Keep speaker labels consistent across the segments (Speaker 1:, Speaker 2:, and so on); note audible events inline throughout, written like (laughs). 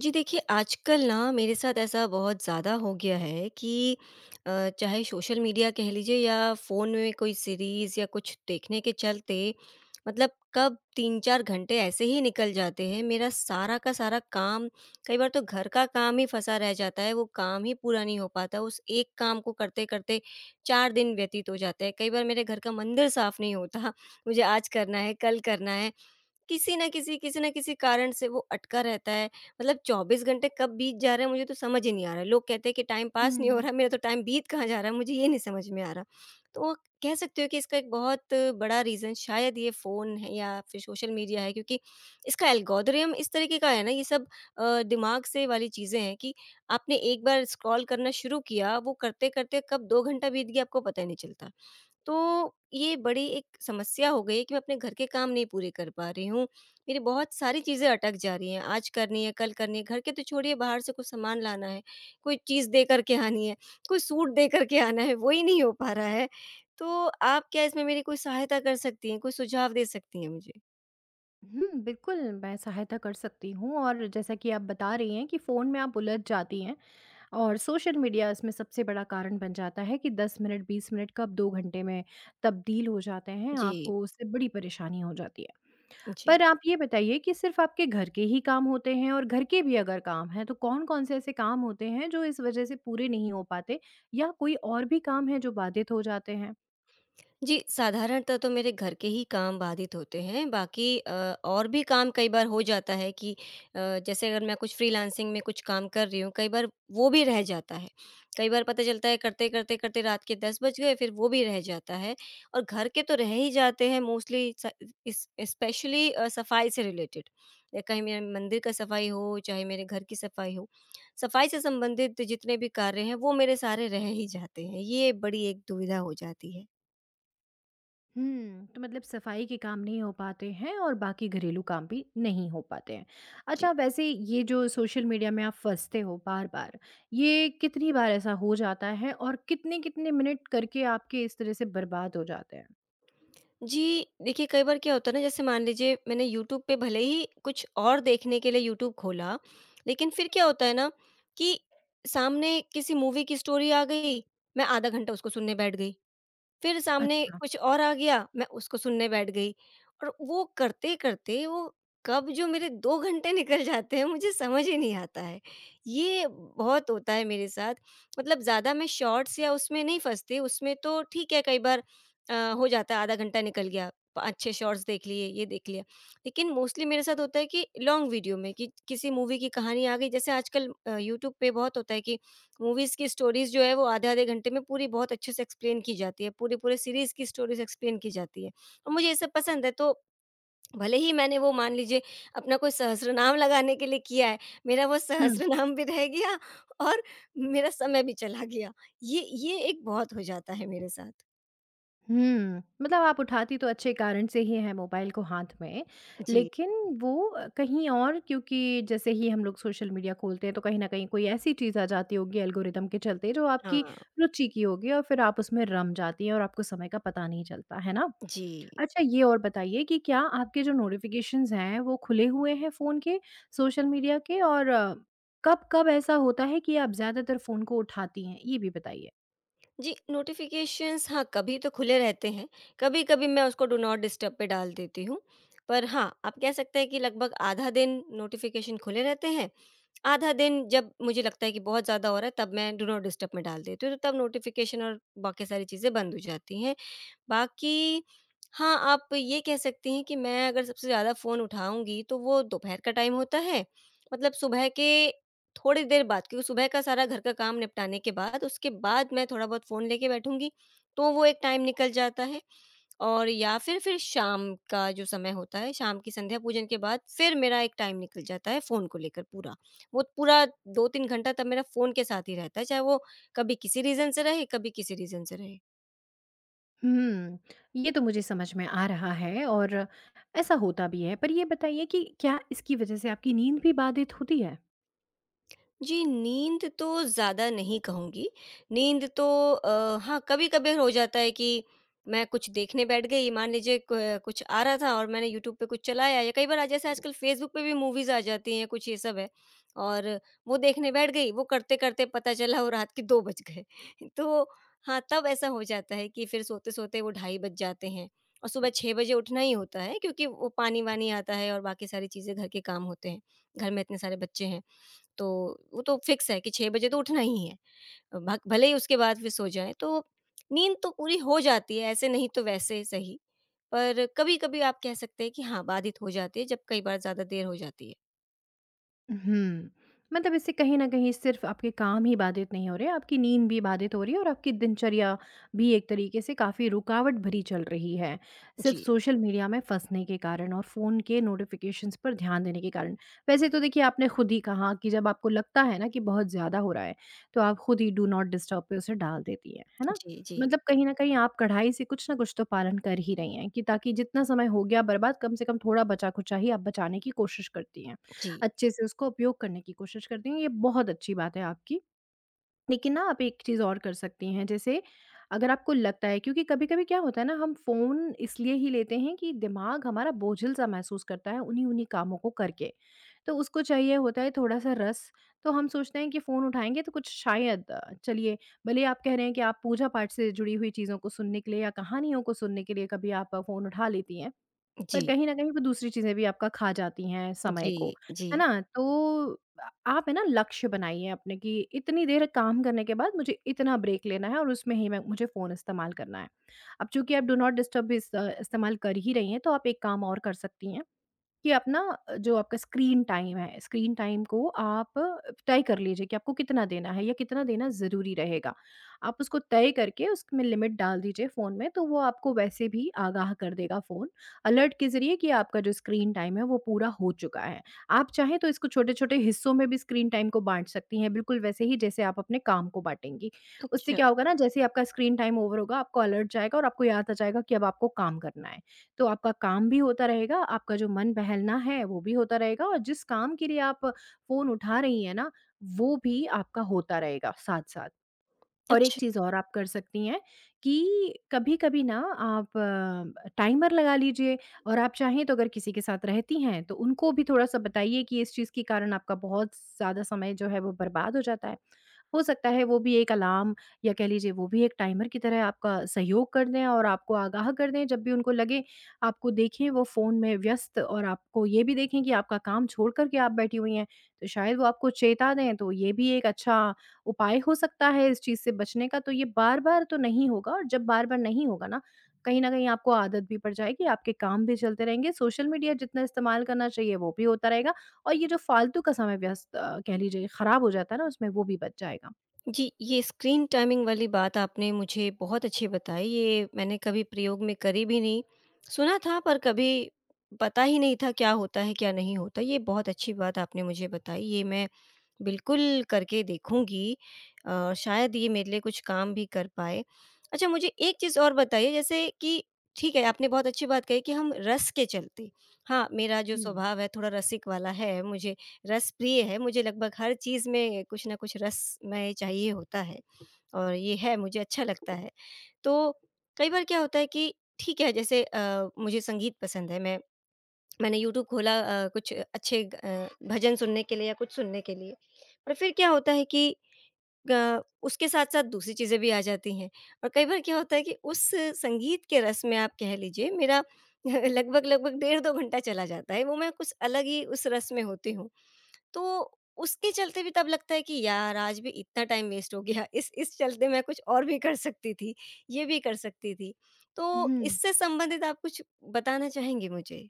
Speaker 1: जी देखिए, आजकल ना मेरे साथ ऐसा बहुत ज़्यादा हो गया है कि चाहे सोशल मीडिया कह लीजिए या फ़ोन में कोई सीरीज़ या कुछ देखने के चलते मतलब कब 3-4 घंटे ऐसे ही निकल जाते हैं। मेरा सारा का सारा काम कई बार तो घर का काम ही फँसा रह जाता है, वो काम ही पूरा नहीं हो पाता। उस एक काम को करते-करते 4 दिन व्यतीत हो जाते हैं। कई बार मेरे घर का मंदिर साफ़ नहीं होता, मुझे आज करना है, कल करना है। किसी न किसी कारण से वो अटका रहता है। मतलब 24 घंटे कब बीत जा रहे हैं मुझे तो समझ ही नहीं आ रहा है। लोग कहते हैं कि टाइम पास नहीं हो
Speaker 2: हुँ।
Speaker 1: रहा है, मेरा तो टाइम बीत कहाँ जा रहा है मुझे ये नहीं समझ में आ रहा। तो कह सकते हो कि इसका एक बहुत बड़ा रीज़न शायद ये फ़ोन है या फिर सोशल मीडिया है क्योंकि इसका एल्गोरिथम इस तरीके का है ना ये सब दिमाग से वाली चीज़ें हैं कि आपने एक बार स्क्रॉल करना शुरू किया, वो करते-करते कब 2 घंटा बीत गया आपको पता ही नहीं चलता। तो ये बड़ी एक समस्या हो गई है कि मैं अपने घर के काम नहीं पूरे कर पा रही हूँ। मेरी बहुत सारी चीज़ें अटक जा रही हैं, आज करनी है, कल करनी है, घर के तो छोड़िए बाहर से कुछ सामान लाना है, कोई चीज़ दे कर के आनी है, कोई सूट दे कर के आना है, वो ही नहीं हो पा रहा है। तो आप क्या इसमें मेरी कोई सहायता कर सकती हैं, कोई सुझाव दे सकती हैं मुझे?
Speaker 2: बिल्कुल, मैं सहायता कर सकती हूँ, और जैसा कि आप बता रही हैं कि फ़ोन में आप उलझ जाती हैं, और सोशल मीडिया इसमें सबसे बड़ा कारण बन जाता है कि 10 मिनट, 20 मिनट कब 2 घंटे में तब्दील हो जाते हैं,
Speaker 1: जी,
Speaker 2: आपको उससे बड़ी परेशानी हो जाती है।
Speaker 1: जी।
Speaker 2: पर आप ये बताइए कि सिर्फ़ आपके घर के ही काम होते हैं, और घर के भी अगर काम हैं, तो कौन-कौन से ऐसे काम होते हैं जो इस वजह से पूरे नहीं हो पाते, या कोई और भी काम है जो बाधित हो जाते हैं?
Speaker 1: जी, साधारणतः तो मेरे घर के ही काम बाधित होते हैं, बाकी और भी काम कई बार हो जाता है कि अ, जैसे अगर मैं कुछ फ्रीलांसिंग में कुछ काम कर रही हूँ, कई बार वो भी रह जाता है। कई बार पता चलता है करते-करते करते करते रात के 10 बज गए, फिर वो भी रह जाता है और घर के तो रह ही जाते हैं मोस्टली स इस स्पेशली सफाई से रिलेटेड। या कहीं मेरे मंदिर का सफाई हो, चाहे मेरे घर की सफाई हो, सफाई से संबंधित जितने भी कार्य हैं, वो मेरे सारे रह ही जाते हैं। ये बड़ी एक दुविधा हो जाती है।
Speaker 2: तो मतलब सफाई के काम नहीं हो पाते हैं, और बाकी घरेलू काम भी नहीं हो पाते हैं।
Speaker 1: जी।
Speaker 2: अच्छा, वैसे ये जो सोशल मीडिया में आप फँसते हो बार-बार, ये कितनी बार ऐसा हो जाता है और कितने-कितने मिनट करके आपके इस तरह से बर्बाद हो जाते हैं?
Speaker 1: जी, देखिए कई बार क्या होता है ना जैसे मान लीजिए मैंने यूट्यूब पे भले ही कुछ और देखने के लिए यूट्यूब खोला, लेकिन फिर क्या होता है ना कि सामने किसी मूवी की स्टोरी आ गई, मैं आधा घंटा उसको सुनने बैठ गई। फिर सामने
Speaker 2: अच्छा।
Speaker 1: कुछ और आ गया, मैं उसको सुनने बैठ गई और वो करते-करते वो कब जो मेरे 2 घंटे निकल जाते हैं मुझे समझ ही नहीं आता है। ये बहुत होता है मेरे साथ मतलब ज़्यादा मैं शॉर्ट्स या उसमें नहीं फँसती, उसमें तो ठीक है कई बार हो जाता है आधा घंटा निकल गया, 5-6 शॉर्ट्स देख लिए, ये देख लिया। लेकिन मोस्टली मेरे साथ होता है कि लॉन्ग वीडियो में कि किसी मूवी की कहानी आ गई जैसे आजकल यूट्यूब पे बहुत होता है कि मूवीज़ की स्टोरीज़ जो है वो आधे-आधे घंटे में पूरी बहुत अच्छे से एक्सप्लेन की जाती है, पूरे-पूरे सीरीज़ की स्टोरीज़ एक्सप्लेन की जाती है और मुझे ये सब पसंद है। तो भले ही मैंने वो मान लीजिए अपना कोई सहस्रनाम लगाने के लिए किया है, मेरा वो
Speaker 2: हुँ।
Speaker 1: सहस्रनाम भी रह गया और मेरा समय भी चला गया। ये एक बहुत हो जाता है मेरे साथ।
Speaker 2: मतलब आप उठाती तो अच्छे कारण से ही हैं मोबाइल को हाथ में,
Speaker 1: जी,
Speaker 2: लेकिन वो कहीं और, क्योंकि जैसे ही हम लोग सोशल मीडिया खोलते हैं तो कहीं न कहीं कोई ऐसी चीज़ आ जाती होगी एल्गोरिदम के चलते जो आपकी
Speaker 1: हाँ,
Speaker 2: रुचि की होगी, और फिर आप उसमें रम जाती हैं और आपको समय का पता नहीं चलता, है ना?
Speaker 1: जी।
Speaker 2: अच्छा, ये और बताइए कि क्या आपके जो नोटिफ़िकेशंस हैं वो खुले हुए हैं फ़ोन के, सोशल मीडिया के, और कब-कब ऐसा होता है कि आप ज़्यादातर फ़ोन को उठाती हैं? ये भी बताइए।
Speaker 1: जी, नोटिफ़िकेशंस हाँ, कभी तो खुले रहते हैं, कभी-कभी मैं उसको डू नॉट डिस्टर्ब पे डाल देती हूँ। पर हाँ, आप कह सकते हैं कि लगभग आधा दिन नोटिफ़िकेशन खुले रहते हैं, आधा दिन जब मुझे लगता है कि बहुत ज़्यादा हो रहा है तब मैं डू नॉट डिस्टर्ब में डाल देती हूँ, तो तब नोटिफ़िकेशन और बाकी सारी चीज़ें बंद हो जाती हैं बाकी हाँ, आप ये कह सकती हैं कि मैं अगर सबसे ज़्यादा फ़ोन उठाऊँगी, तो वो दोपहर का टाइम होता है। मतलब सुबह के थोड़ी देर बाद क्योंकि सुबह का सारा घर का काम निपटाने के बाद, उसके बाद मैं थोड़ा बहुत फ़ोन लेके बैठूँगी, तो वो एक टाइम निकल जाता है। और या फिर शाम का जो समय होता है, शाम की संध्या पूजन के बाद फिर मेरा एक टाइम निकल जाता है फ़ोन को लेकर पूरा। वो पूरा 2-3 घंटा तब मेरा फ़ोन के साथ ही रहता है, चाहे वो कभी किसी रीज़न से रहे, कभी किसी रीज़न से रहे।
Speaker 2: हुँ, ये तो मुझे समझ में आ रहा है, और ऐसा होता भी है। पर ये बताइए कि क्या इसकी वज़ह से आपकी नींद भी बाधित होती है?
Speaker 1: जी, नींद तो ज़्यादा नहीं कहूँगी। नींद तो हाँ, कभी-कभार हो जाता है कि मैं कुछ देखने बैठ गई, मान लीजिए क कुछ आ रहा था और मैंने यूट्यूब पे कुछ चलाया या कई बार आज जैसे आजकल फ़ेसबुक पे भी मूवीज़ आ जाती हैं, कुछ ये सब है और वो देखने बैठ गई, वो करते-करते पता चला वो रात के 2 बज गए। (laughs) तो हाँ, तब ऐसा हो जाता है कि फिर सोते-सोते वो ढाई बज जाते हैं और सुबह 6 बजे उठना ही होता है क्योंकि वो पानी-वानी आता है और बाकी सारी चीज़ें घर के काम होते हैं। घर में इतने सारे बच्चे हैं। तो वो तो फिक्स है कि 6 बजे तो उठना ही है। भ भले ही उसके बाद फिर सो जाएँ, तो नींद तो पूरी हो जाती है, ऐसे नहीं तो वैसे सही। पर कभी-कभी आप कह सकते हैं कि हाँ, बाधित हो जाती है जब कई बार ज़्यादा देर हो जाती है।
Speaker 2: हुँ। मतलब इससे कहीं न कहीं सिर्फ़ आपके काम ही बाधित नहीं हो रहे, आपकी नींद भी बाधित हो रही है, और आपकी दिनचर्या भी एक तरीके से काफ़ी रुकावट भरी चल रही है, सिर्फ़
Speaker 1: जी,
Speaker 2: सोशल मीडिया में फँसने के कारण और फ़ोन के नोटिफ़िकेशंस पर ध्यान देने के कारण। वैसे तो देखिए, आपने खुद ही कहा कि जब आपको लगता है ना कि बहुत ज़्यादा हो रहा है, तो आप खुद ही डू नॉट डिस्टर्ब पे उसे डाल देती हैं, है ना?
Speaker 1: जी, जी,
Speaker 2: मतलब कहीं न कहीं आप कढ़ाई से कुछ न कुछ तो पालन कर ही रही हैं, कि ताकि जितना समय हो गया बर्बाद, कम से कम थोड़ा बचा-खुचा ही आप बचाने की कोशिश करती हैं।
Speaker 1: जी,
Speaker 2: अच्छे से उसका उपयोग करने की कोशिश करती हूँ, ये बहुत अच्छी बात है आपकी। लेकिन ना आप एक चीज़ और कर सकती हैं, जैसे अगर आपको लगता है, क्योंकि कभी-कभी क्या होता है ना हम फ़ोन इसलिए ही लेते हैं कि दिमाग हमारा बोझिल-सा महसूस करता है उन्हीं-उन्हीं कामों को करके। तो उसको चाहिए होता है थोड़ा-सा रस, तो हम सोचते हैं कि फ़ोन उठाएँगे तो कुछ शायद चलिए, भले ही आप कह रहे हैं कि आप पूजा-पाठ से जुड़ी हुई चीज़ों को सुनने के लिए या कहानियों को सुनने के लिए कभी आप फ़ोन उठा लेती हैं।
Speaker 1: जी,
Speaker 2: पर
Speaker 1: जी,
Speaker 2: कहीं न कहीं वो दूसरी चीज़ें भी आपका खा जाती हैं समय
Speaker 1: जी।
Speaker 2: को,
Speaker 1: जी
Speaker 2: है ना? तो आप है ना लक्ष्य बनाइए अपने कि इतनी देर काम करने के बाद मुझे इतना ब्रेक लेना है, और उसमें ही मैं मुझे फ़ोन इस्तेमाल करना है। अब चूँकि आप डू नॉट डिस्टर्ब भी इस इस्तेमाल कर ही रही हैं, तो आप एक काम और कर सकती हैं। कि आप ना जो आपका स्क्रीन टाइम है, स्क्रीन टाइम को आप तय कर लीजिए कि आपको कितना देना है या कितना देना ज़रूरी रहेगा। आप उसको तय करके उसमें लिमिट डाल दीजिए फ़ोन में, तो वो आपको वैसे भी आगाह कर देगा फ़ोन, अलर्ट के ज़रिए कि आपका जो स्क्रीन टाइम है वो पूरा हो चुका है। आप चाहें तो इसको छोटे-छोटे हिस्सों में भी स्क्रीन टाइम को बाँट सकती हैं, बिल्कुल वैसे ही जैसे आप अपने काम को बाँटेंगी। उससे
Speaker 1: अच्छा,
Speaker 2: क्या होगा ना, जैसे ही आपका स्क्रीन टाइम ओवर होगा, आपको अलर्ट जाएगा और आपको याद आ जाएगा कि अब आपको काम करना है। तो आपका काम भी होता रहेगा, आपका जो मन बहलना है वो भी होता रहेगा, और जिस काम के लिए आप फ़ोन उठा रही हैं ना, वो भी आपका होता रहेगा साथ-साथ। और एक
Speaker 1: अच्छा।
Speaker 2: चीज़ और आप कर सकती हैं, कि कभी-कभी ना आप टाइमर लगा लीजिए, और आप चाहें तो अगर किसी के साथ रहती हैं, तो उनको भी थोड़ा-सा बताइए कि इस चीज़ के कारण आपका बहुत ज़्यादा समय जो है वो बर्बाद हो जाता है। हो सकता है वो भी एक अलार्म, या कह लीजिए वो भी एक टाइमर की तरह आपका सहयोग कर दें और आपको आगाह कर दें, जब भी उनको लगे आपको देखें वो फ़ोन में व्यस्त, और आपको ये भी देखें कि आपका काम छोड़ कर के आप बैठी हुई हैं, तो शायद वो आपको चेता दें, तो ये भी एक अच्छा उपाय हो सकता है इस चीज़ से बचने का। तो ये बार-बार तो नहीं होगा, और जब बार-बार नहीं होगा ना, कहीं न कहीं आपको आदत भी पड़ जाएगी, आपके काम भी चलते रहेंगे, सोशल मीडिया जितना इस्तेमाल करना चाहिए वो भी होता रहेगा। और ये जो फालतू का समय व्यस्त, कह लीजिए, ख़राब हो जाता है ना उसमें, वो भी बच जाएगा।
Speaker 1: जी, ये स्क्रीन टाइमिंग वाली बात आपने मुझे बहुत अच्छी बताई, ये मैंने कभी प्रयोग में करी भी नहीं। सुना था पर कभी पता ही नहीं था क्या होता है, क्या नहीं होता। ये बहुत अच्छी बात आपने मुझे बताई, ये मैं बिल्कुल करके देखूँगी शायद ये मेरे लिए कुछ काम भी कर पाए। अच्छा मुझे एक चीज़ और बताइए जैसे कि ठीक है, आपने बहुत अच्छी बात कही कि हम रस के चलते हाँ, मेरा जो
Speaker 2: हुँ।
Speaker 1: स्वभाव है थोड़ा रसिक वाला है, मुझे रस प्रिय है, मुझे लगभग हर चीज़ में कुछ न कुछ रसमय चाहिए होता है और ये है, मुझे अच्छा लगता है। तो कई बार क्या होता है कि ठीक है, जैसे मुझे संगीत पसंद है, मैंने यूट्यूब खोला कुछ अच्छे भजन सुनने के लिए या कुछ सुनने के लिए। पर फिर क्या होता है कि ग उसके साथ-साथ दूसरी चीज़ें भी आ जाती हैं और कई बार क्या होता है कि उस संगीत के रस में आप कह लीजिए मेरा (laughs) लगभग-लगभग डेढ़ 2 घंटा चला जाता है, वो मैं कुछ अलग ही उस रस में होती हूँ। तो उसके चलते भी तब लगता है कि यार आज भी इतना टाइम वेस्ट हो गया इस चलते मैं कुछ और भी कर सकती थी, ये भी कर सकती थी। तो
Speaker 2: हुँ।
Speaker 1: इससे संबंधित आप कुछ बताना चाहेंगे मुझे?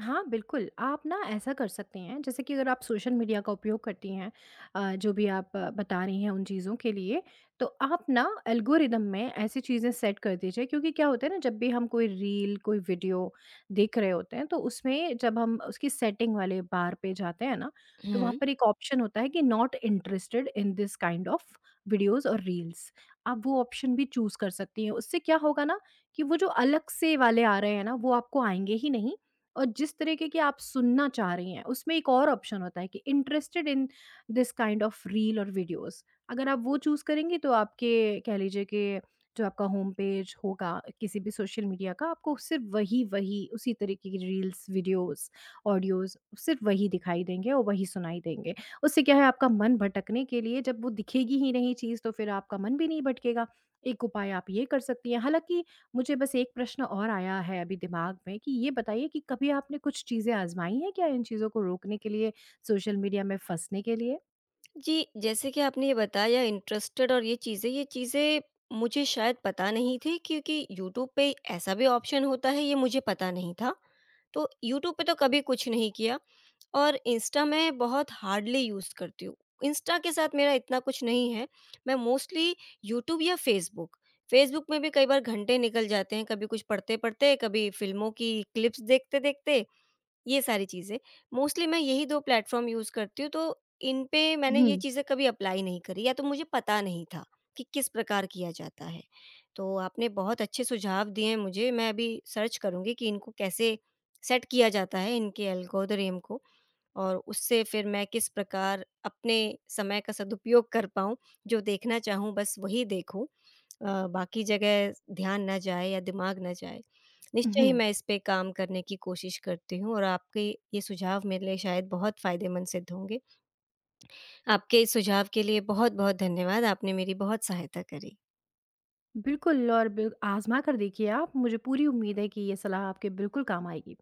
Speaker 2: हाँ, बिल्कुल। आप ना ऐसा कर सकती हैं, जैसे कि अगर आप सोशल मीडिया का उपयोग करती हैं जो भी आप बता रही हैं उन चीज़ों के लिए, तो आप ना एल्गोरिदम में ऐसी चीज़ें सेट कर दीजिए, क्योंकि क्या होता है ना जब भी हम कोई रील, कोई वीडियो देख रहे होते हैं, तो उसमें जब हम उसकी सेटिंग वाले बार पे जाते हैं ना, तो वहाँ पर एक ऑप्शन होता है कि not interested in this kind of videos और रील्स। आप वो ऑप्शन भी चूज़ कर सकती हैं। उससे क्या होगा ना, कि वो जो अलग से वाले आ रहे हैं ना, वो आपको आएँगे ही नहीं, और जिस तरीके की आप सुनना चाह रही हैं उसमें एक और ऑप्शन होता है कि interested in this kind of reel और वीडियोस। अगर आप वो चूज करेंगे तो आपके, कह लीजिए कि, जो आपका होम पेज होगा किसी भी सोशल मीडिया का, आपको सिर्फ वही वही उसी तरीके की रील्स, वीडियोस, ऑडियोज सिर्फ वही दिखाई देंगे और वही सुनाई देंगे। उससे क्या है, आपका मन भटकने के लिए जब वो दिखेगी ही नहीं चीज़, तो फिर आपका मन भी नहीं भटकेगा। एक उपाय आप ये कर सकती हैं, हालांकि मुझे बस एक प्रश्न और आया है अभी दिमाग में, कि ये बताइए कि कभी आपने कुछ चीज़ें आज़माई हैं क्या इन चीज़ों को रोकने के लिए, सोशल मीडिया में फँसने के लिए?
Speaker 1: जी, जैसे कि आपने ये बताया इंटरेस्टेड और ये चीज़ें मुझे शायद पता नहीं थी क्योंकि यूट्यूब पे ऐसा भी ऑप्शन होता है ये मुझे पता नहीं था। तो यूट्यूब पे तो कभी कुछ नहीं किया और इंस्टा मैं बहुत हार्डली यूज़ करती हूँ। इंस्टा के साथ मेरा इतना कुछ नहीं है। मैं मोस्टली यूट्यूब या फ़ेसबुक, फ़ेसबुक में भी कई बार घंटे निकल जाते हैं, कभी कुछ पढ़ते-पढ़ते, कभी फ़िल्मों की क्लिप्स देखते-देखते ये सारी चीज़ें। मोस्टली मैं यही 2 प्लेटफ़ॉर्म यूज़ करती हूँ, तो इन पे मैंने
Speaker 2: हुँ,
Speaker 1: ये चीज़ें कभी अप्लाई नहीं करी या तो मुझे पता नहीं था कि किस प्रकार किया जाता है। तो आपने बहुत अच्छे सुझाव दिए हैं मुझे, मैं अभी सर्च करूँगी कि इनको कैसे सेट किया जाता है, इनके एल्गोरिदम को। और उससे फिर मैं किस प्रकार अपने समय का सदुपयोग कर पाऊँ, जो देखना चाहूँ बस वही देखूँ। बाकी जगह ध्यान ना जाए या दिमाग ना जाए। निश्चय
Speaker 2: हुँ।
Speaker 1: ही मैं इस पे काम करने की कोशिश करती हूँ और आपके ये सुझाव मेरे लिए शायद बहुत फ़ायदेमंद सिद्ध होंगे। आपके इस सुझाव के लिए बहुत-बहुत धन्यवाद। आपने मेरी बहुत सहायता करी।
Speaker 2: बिल्कुल, और बिल आज़मा कर देखिए आप, मुझे पूरी उम्मीद है कि ये सलाह आपके बिल्कुल काम आएगी।